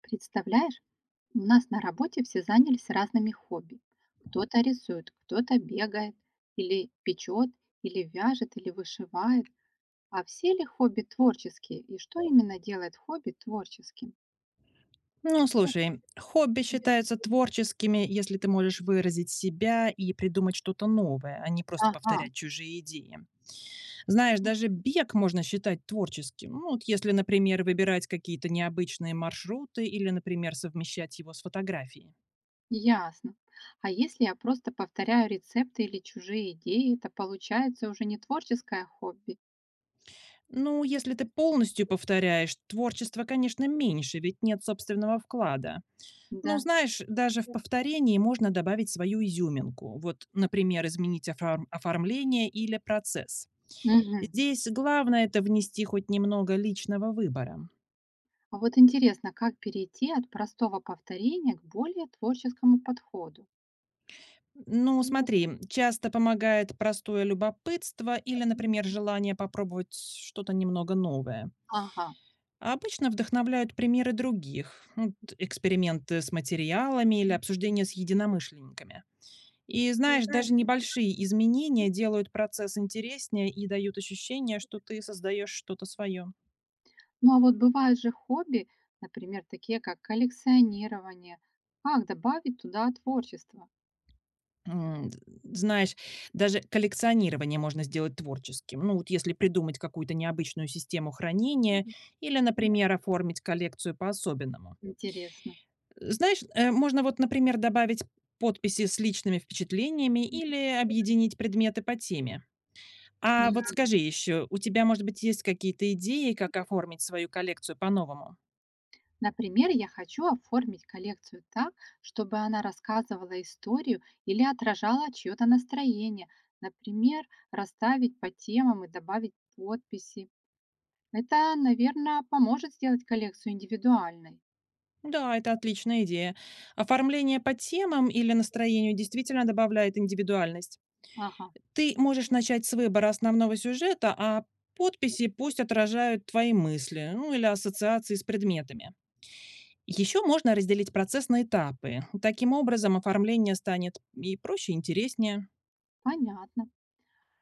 Представляешь, у нас на работе все занялись разными хобби. Кто-то рисует, кто-то бегает, или печет, или вяжет, или вышивает. А все ли хобби творческие? И что именно делает хобби творческим? Ну, слушай, хобби считаются творческими, если ты можешь выразить себя и придумать что-то новое, а не просто Ага, повторять чужие идеи. Знаешь, даже бег можно считать творческим. Ну, вот если, например, выбирать какие-то необычные маршруты или, например, совмещать его с фотографией. ясно. А если я просто повторяю рецепты или чужие идеи, это получается уже не творческое хобби, Ну, если ты полностью повторяешь, творчество, конечно, меньше, ведь нет собственного вклада. Ну, да? знаешь, даже в повторении можно добавить свою изюминку. Вот, например, изменить оформление или процесс. Мгм. Здесь главное это внести хоть немного личного выбора. А вот интересно, как перейти от простого повторения к более творческому подходу? Ну, смотри, часто помогает простое любопытство или, М, например, желание попробовать что-то немного новое. ага. А обычно вдохновляют примеры других, ну, эксперименты с материалами или обсуждения с единомышленниками. И знаешь, даже небольшие изменения делают процесс интереснее и дают ощущение, что ты создаешь что-то свое. Ну, а вот бывают же хобби, например, такие как коллекционирование. Как добавить туда творчество? М, знаешь, даже коллекционирование можно сделать творческим. Ну, вот если придумать какую-то необычную систему хранения или, М, например, оформить коллекцию по-особенному. Интересно. Знаешь, можно вот, например, добавить подписи с личными впечатлениями м, или объединить предметы по теме. А вот скажи еще, у тебя, может быть, есть какие-то идеи, как оформить свою коллекцию по-новому? Например, я хочу оформить коллекцию так, чтобы она рассказывала историю или отражала чье-то настроение. Например, расставить по темам и добавить подписи. Это, наверное, поможет сделать коллекцию индивидуальной. Да, это отличная идея. Оформление по темам или настроению действительно добавляет индивидуальность. Ага, Ты можешь начать с выбора основного сюжета, а подписи пусть отражают твои мысли, ну или ассоциации с предметами. Еще можно разделить процесс на этапы. Таким образом, оформление станет и проще, и интереснее. понятно.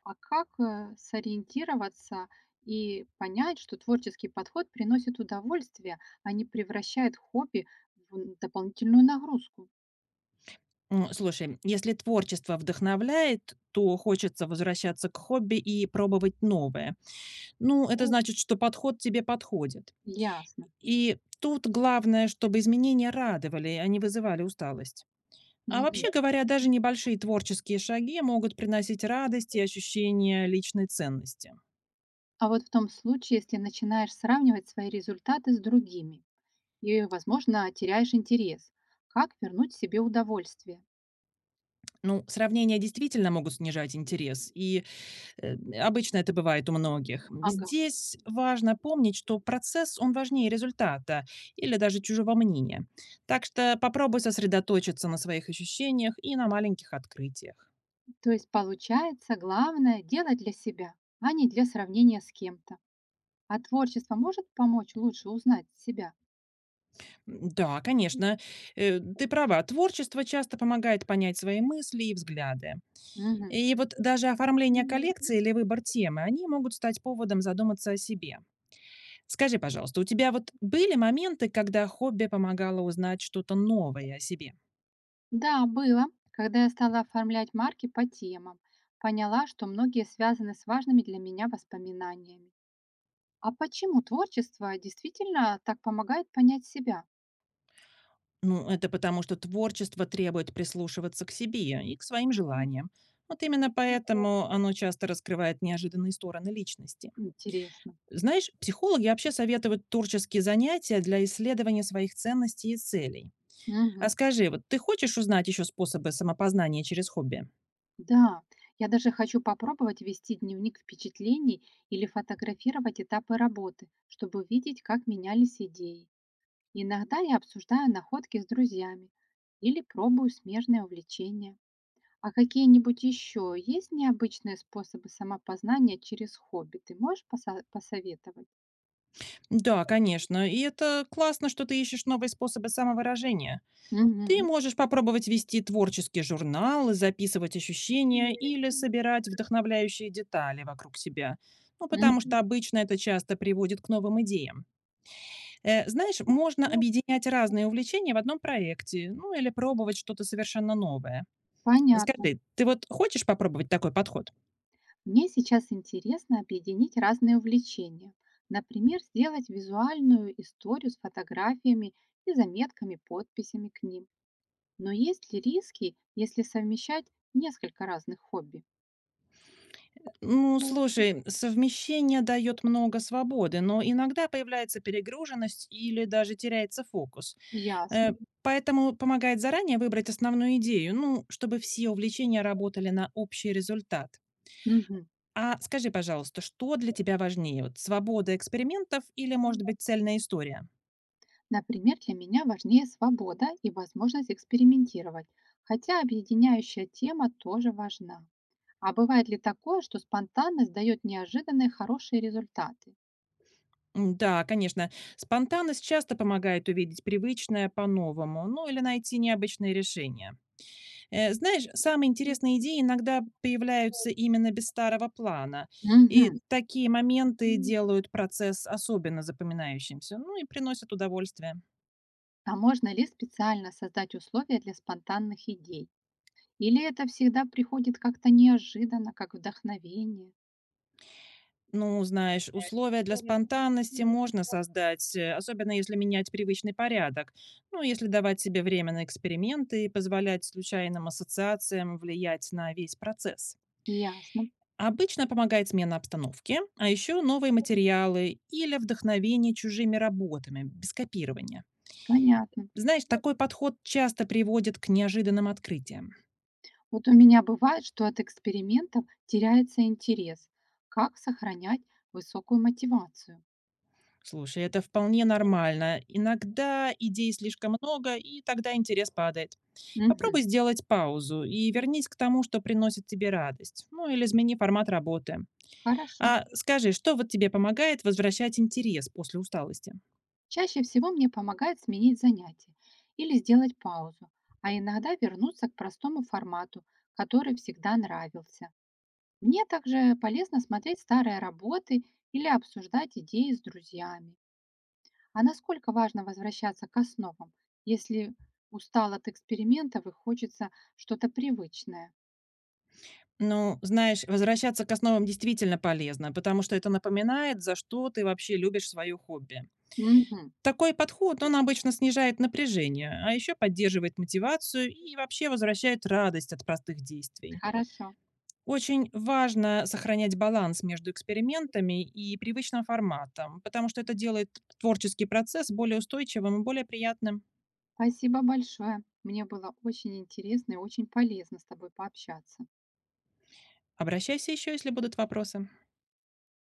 А как, сориентироваться и понять, что творческий подход приносит удовольствие, а не превращает хобби в дополнительную нагрузку? Слушай, если творчество вдохновляет, то хочется возвращаться к хобби и пробовать новое. Ну, это значит, что подход тебе подходит. Ясно. И тут главное, чтобы изменения радовали, а не вызывали усталость. А Мгм. вообще Вот. говоря, даже небольшие творческие шаги могут приносить радость и ощущение личной ценности. А вот в том случае, если начинаешь сравнивать свои результаты с другими и, возможно, теряешь интерес, как вернуть себе удовольствие? Ну, сравнения действительно могут снижать интерес, и э, обычно это бывает у многих. Ага. Здесь важно помнить, что процесс, он важнее результата или даже чужого мнения. Так что попробуй сосредоточиться на своих ощущениях и на маленьких открытиях. То есть получается, главное делать для себя, а не для сравнения с кем-то. А творчество может помочь лучше узнать себя? Да, конечно, ты права, творчество часто помогает понять свои мысли и взгляды. И вот даже оформление Мгм. коллекции или выбор темы, они могут стать поводом задуматься о себе. Скажи, пожалуйста, у тебя вот были моменты, когда хобби помогало узнать что-то новое о себе? Да, было. Когда я стала оформлять марки по темам, поняла, что многие связаны с важными для меня воспоминаниями. А почему творчество действительно так помогает понять себя? Ну, это потому, что творчество требует прислушиваться к себе и к своим желаниям. Вот именно поэтому оно часто раскрывает неожиданные стороны личности. Интересно. Знаешь, психологи вообще советуют творческие занятия для исследования своих ценностей и целей. А Мгм. скажи, вот ты хочешь узнать еще способы самопознания через хобби? Да, я даже хочу попробовать вести дневник впечатлений или фотографировать этапы работы, чтобы видеть, как менялись идеи. Иногда я обсуждаю находки с друзьями или пробую смежные увлечения. А какие-нибудь еще есть необычные способы самопознания через хобби? Ты можешь посоветовать? Да, конечно. И это классно, что ты ищешь новые способы самовыражения. Ты Мгм. можешь попробовать вести творческий журнал, записывать ощущения или собирать вдохновляющие детали вокруг себя. Ну, потому Мгм. что обычно это часто приводит к новым идеям. Знаешь, можно объединять разные увлечения в одном проекте, ну или пробовать что-то совершенно новое. Понятно. Скажи, ты вот хочешь попробовать такой подход? Мне сейчас интересно объединить разные увлечения. Например, сделать визуальную историю с фотографиями и заметками, подписями к ним. Но есть ли риски, если совмещать несколько разных хобби? Ну, Ну, слушай, совмещение дает много свободы, но иногда появляется перегруженность или даже теряется фокус. Э, Ясно. Поэтому помогает заранее выбрать основную идею, ну, чтобы все увлечения работали на общий результат. А скажи, пожалуйста, что для тебя важнее? Вот свобода экспериментов или, Мгм. может быть, цельная история? Например, для меня важнее свобода и возможность экспериментировать, хотя объединяющая тема тоже важна. А бывает ли такое, что спонтанность дает неожиданные хорошие результаты? Да, конечно. Спонтанность часто помогает увидеть привычное по-новому, ну или найти необычные решения. Знаешь, самые М, интересные идеи иногда появляются именно без старого плана. И Мгм. такие моменты М. делают процесс особенно запоминающимся, ну и приносят удовольствие. А можно ли специально создать условия для спонтанных идей? Или это всегда приходит как-то неожиданно, как вдохновение? Ну, знаешь, условия для Вот, спонтанности можно создать, особенно если менять привычный порядок. Ну, если давать себе время на эксперименты и позволять случайным ассоциациям влиять на весь процесс. Ясно, Обычно помогает смена обстановки, а еще новые материалы или вдохновение чужими работами, без копирования. понятно. Знаешь, такой подход часто приводит к неожиданным открытиям. Вот у меня бывает, что от экспериментов теряется интерес. Как сохранять высокую мотивацию? Слушай, это вполне нормально. Иногда идей слишком много, и тогда интерес падает. Мгм. Попробуй сделать паузу и вернись к тому, что приносит тебе радость. Ну или измени формат работы. Хорошо. А скажи, что вот тебе помогает возвращать интерес после усталости? Чаще всего мне помогает сменить занятие или сделать паузу, а иногда вернуться к простому формату, который всегда нравился. Мне также полезно смотреть старые работы или обсуждать идеи с друзьями. А насколько важно возвращаться к основам, если устал от экспериментов и хочется что-то привычное? Ну, знаешь, возвращаться к основам действительно полезно, потому что это напоминает, за что ты вообще любишь свое хобби. Мгм. Такой подход, он обычно снижает напряжение, а еще поддерживает мотивацию и вообще возвращает радость от простых действий. Хорошо. Очень важно сохранять баланс между экспериментами и привычным форматом, потому что это делает творческий процесс более устойчивым и более приятным. Спасибо большое. Мне было очень интересно и очень полезно с тобой пообщаться. Обращайся еще, если будут вопросы.